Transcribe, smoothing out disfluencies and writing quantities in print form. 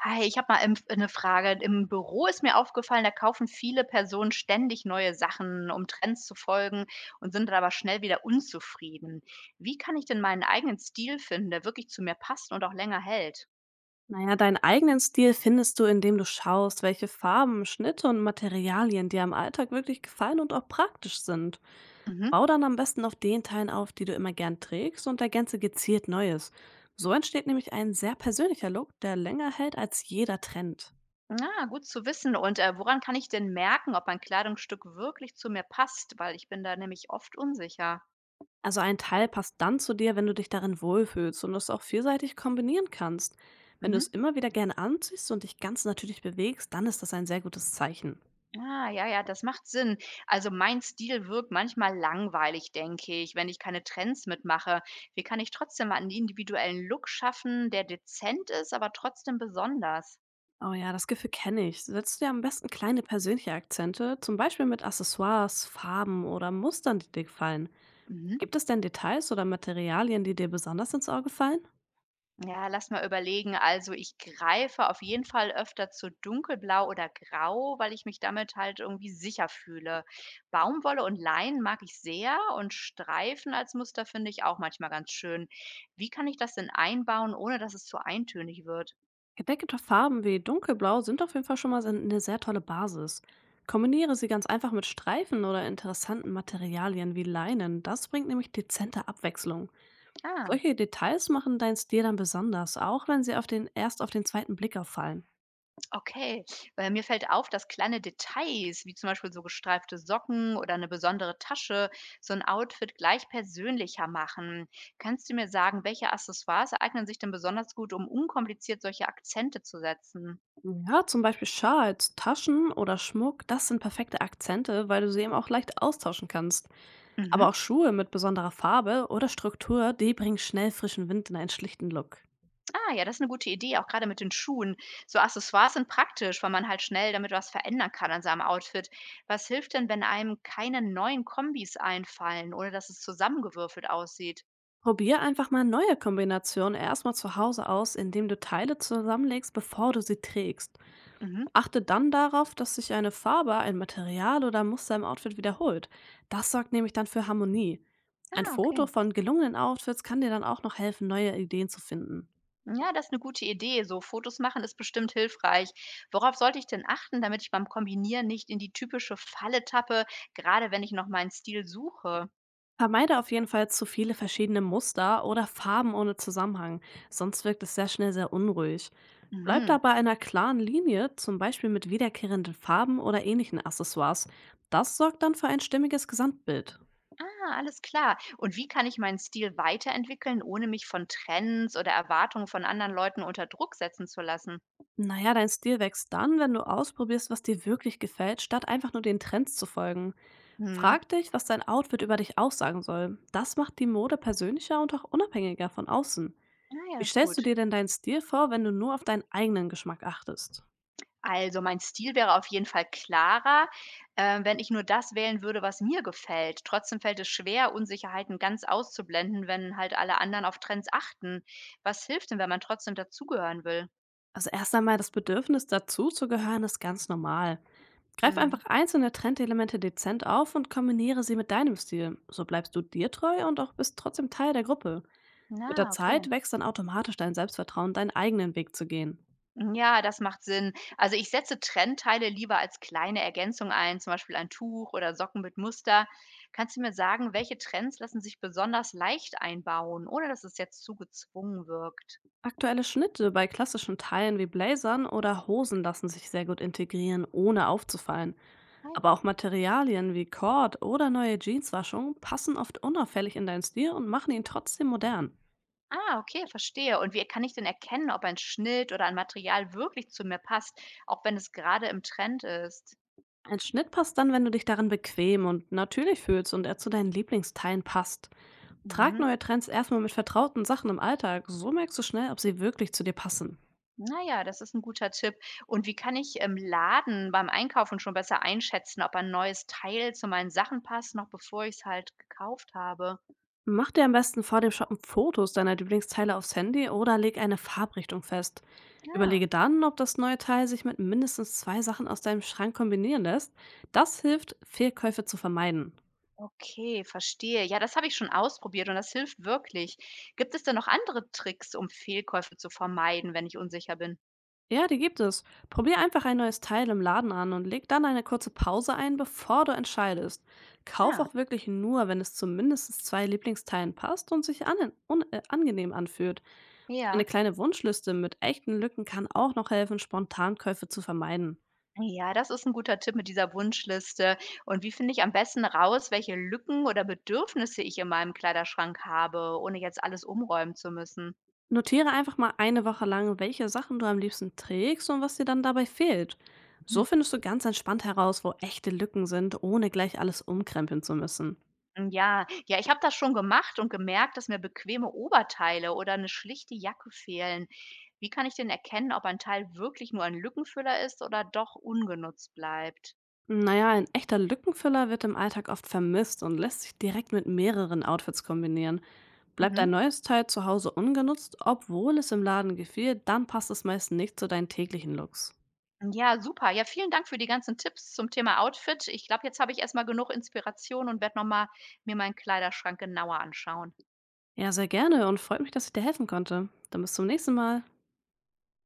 Hi, ich habe mal eine Frage. Im Büro ist mir aufgefallen, da kaufen viele Personen ständig neue Sachen, um Trends zu folgen und sind dann aber schnell wieder unzufrieden. Wie kann ich denn meinen eigenen Stil finden, der wirklich zu mir passt und auch länger hält? Naja, deinen eigenen Stil findest du, indem du schaust, welche Farben, Schnitte und Materialien dir am Alltag wirklich gefallen und auch praktisch sind. Mhm. Bau dann am besten auf den Teilen auf, die du immer gern trägst und ergänze gezielt Neues. So entsteht nämlich ein sehr persönlicher Look, der länger hält als jeder Trend. Ah, gut zu wissen. Und woran kann ich denn merken, ob ein Kleidungsstück wirklich zu mir passt? Weil ich bin da nämlich oft unsicher. Also ein Teil passt dann zu dir, wenn du dich darin wohlfühlst und es auch vielseitig kombinieren kannst. Wenn du es Mhm. immer wieder gerne anziehst und dich ganz natürlich bewegst, dann ist das ein sehr gutes Zeichen. Ah, ja, ja, das macht Sinn. Also mein Stil wirkt manchmal langweilig, denke ich, wenn ich keine Trends mitmache. Wie kann ich trotzdem einen individuellen Look schaffen, der dezent ist, aber trotzdem besonders? Oh ja, das Gefühl kenne ich. Setzt dir am besten kleine persönliche Akzente, zum Beispiel mit Accessoires, Farben oder Mustern, die dir gefallen. Mhm. Gibt es denn Details oder Materialien, die dir besonders ins Auge fallen? Ja, lass mal überlegen. Also ich greife auf jeden Fall öfter zu dunkelblau oder grau, weil ich mich damit halt irgendwie sicher fühle. Baumwolle und Leinen mag ich sehr und Streifen als Muster finde ich auch manchmal ganz schön. Wie kann ich das denn einbauen, ohne dass es zu eintönig wird? Gedeckte Farben wie dunkelblau sind auf jeden Fall schon mal eine sehr tolle Basis. Kombiniere sie ganz einfach mit Streifen oder interessanten Materialien wie Leinen. Das bringt nämlich dezente Abwechslung. Ah. Solche Details machen deinen Stil dann besonders, auch wenn sie erst auf den zweiten Blick auffallen. Okay, weil mir fällt auf, dass kleine Details, wie zum Beispiel so gestreifte Socken oder eine besondere Tasche, so ein Outfit gleich persönlicher machen. Kannst du mir sagen, welche Accessoires eignen sich denn besonders gut, um unkompliziert solche Akzente zu setzen? Ja, zum Beispiel Schals, Taschen oder Schmuck, das sind perfekte Akzente, weil du sie eben auch leicht austauschen kannst. Aber Mhm. auch Schuhe mit besonderer Farbe oder Struktur, die bringen schnell frischen Wind in einen schlichten Look. Ah, ja, das ist eine gute Idee, auch gerade mit den Schuhen. So Accessoires sind praktisch, weil man halt schnell damit was verändern kann an seinem Outfit. Was hilft denn, wenn einem keine neuen Kombis einfallen, ohne dass es zusammengewürfelt aussieht? Probier einfach mal neue Kombinationen erstmal zu Hause aus, indem du Teile zusammenlegst, bevor du sie trägst. Mhm. Achte dann darauf, dass sich eine Farbe, ein Material oder Muster im Outfit wiederholt. Das sorgt nämlich dann für Harmonie. Ein Ah, Foto okay. von gelungenen Outfits kann dir dann auch noch helfen, neue Ideen zu finden. Ja, das ist eine gute Idee. So Fotos machen ist bestimmt hilfreich. Worauf sollte ich denn achten, damit ich beim Kombinieren nicht in die typische Falle tappe, gerade wenn ich noch meinen Stil suche? Vermeide auf jeden Fall zu viele verschiedene Muster oder Farben ohne Zusammenhang, sonst wirkt es sehr schnell sehr unruhig. Bleib da Mhm. bei einer klaren Linie, zum Beispiel mit wiederkehrenden Farben oder ähnlichen Accessoires. Das sorgt dann für ein stimmiges Gesamtbild. Ah, alles klar. Und wie kann ich meinen Stil weiterentwickeln, ohne mich von Trends oder Erwartungen von anderen Leuten unter Druck setzen zu lassen? Naja, dein Stil wächst dann, wenn du ausprobierst, was dir wirklich gefällt, statt einfach nur den Trends zu folgen. Mhm. Frag dich, was dein Outfit über dich aussagen soll. Das macht die Mode persönlicher und auch unabhängiger von außen. Ah ja, Wie ist stellst du gut. dir denn deinen Stil vor, wenn du nur auf deinen eigenen Geschmack achtest? Also, mein Stil wäre auf jeden Fall klarer, wenn ich nur das wählen würde, was mir gefällt. Trotzdem fällt es schwer, Unsicherheiten ganz auszublenden, wenn halt alle anderen auf Trends achten. Was hilft denn, wenn man trotzdem dazugehören will? Also erst einmal das Bedürfnis dazu zu gehören, ist ganz normal. Greif Hm. einfach einzelne Trendelemente dezent auf und kombiniere sie mit deinem Stil. So bleibst du dir treu und auch bist trotzdem Teil der Gruppe. Mit der Na, okay. Zeit wächst dann automatisch dein Selbstvertrauen, deinen eigenen Weg zu gehen. Ja, das macht Sinn. Also ich setze Trendteile lieber als kleine Ergänzung ein, zum Beispiel ein Tuch oder Socken mit Muster. Kannst du mir sagen, welche Trends lassen sich besonders leicht einbauen, ohne dass es jetzt zu gezwungen wirkt? Aktuelle Schnitte bei klassischen Teilen wie Blazern oder Hosen lassen sich sehr gut integrieren, ohne aufzufallen. Aber auch Materialien wie Cord oder neue Jeanswaschungen passen oft unauffällig in deinen Stil und machen ihn trotzdem modern. Ah, okay, verstehe. Und wie kann ich denn erkennen, ob ein Schnitt oder ein Material wirklich zu mir passt, auch wenn es gerade im Trend ist? Ein Schnitt passt dann, wenn du dich darin bequem und natürlich fühlst und er zu deinen Lieblingsteilen passt. Trag Mhm. neue Trends erstmal mit vertrauten Sachen im Alltag, so merkst du schnell, ob sie wirklich zu dir passen. Naja, das ist ein guter Tipp. Und wie kann ich im Laden beim Einkaufen schon besser einschätzen, ob ein neues Teil zu meinen Sachen passt, noch bevor ich es halt gekauft habe? Mach dir am besten vor dem Shoppen Fotos deiner Lieblingsteile aufs Handy oder leg eine Farbrichtung fest. Überlege Ja, dann, ob das neue Teil sich mit mindestens zwei Sachen aus deinem Schrank kombinieren lässt. Das hilft, Fehlkäufe zu vermeiden. okay, verstehe. Ja, das habe ich schon ausprobiert und das hilft wirklich. Gibt es denn noch andere Tricks, um Fehlkäufe zu vermeiden, wenn ich unsicher bin? Ja, die gibt es. Probier einfach ein neues Teil im Laden an und leg dann eine kurze Pause ein, bevor du entscheidest. Kauf Ja, auch wirklich nur, wenn es zu mindestens zwei Lieblingsteilen passt und sich an un angenehm anfühlt. Eine ja. kleine Wunschliste mit echten Lücken kann auch noch helfen, Spontankäufe zu vermeiden. Ja, das ist ein guter Tipp mit dieser Wunschliste. Und wie finde ich am besten raus, welche Lücken oder Bedürfnisse ich in meinem Kleiderschrank habe, ohne jetzt alles umräumen zu müssen? Notiere einfach mal eine Woche lang, welche Sachen du am liebsten trägst und was dir dann dabei fehlt. Mhm. So findest du ganz entspannt heraus, wo echte Lücken sind, ohne gleich alles umkrempeln zu müssen. Hm, ja. Ja, ich habe das schon gemacht und gemerkt, dass mir bequeme Oberteile oder eine schlichte Jacke fehlen. Wie kann ich denn erkennen, ob ein Teil wirklich nur ein Lückenfüller ist oder doch ungenutzt bleibt? Naja, ein echter Lückenfüller wird im Alltag oft vermisst und lässt sich direkt mit mehreren Outfits kombinieren. Bleibt Mhm. ein neues Teil zu Hause ungenutzt, obwohl es im Laden gefiel, dann passt es meist nicht zu deinen täglichen Looks. Ja, super. Ja, vielen Dank für die ganzen Tipps zum Thema Outfit. Ich glaube, jetzt habe ich erst mal genug Inspiration und werde noch mal mir meinen Kleiderschrank genauer anschauen. Ja, sehr gerne und freut mich, dass ich dir helfen konnte. Dann bis zum nächsten Mal.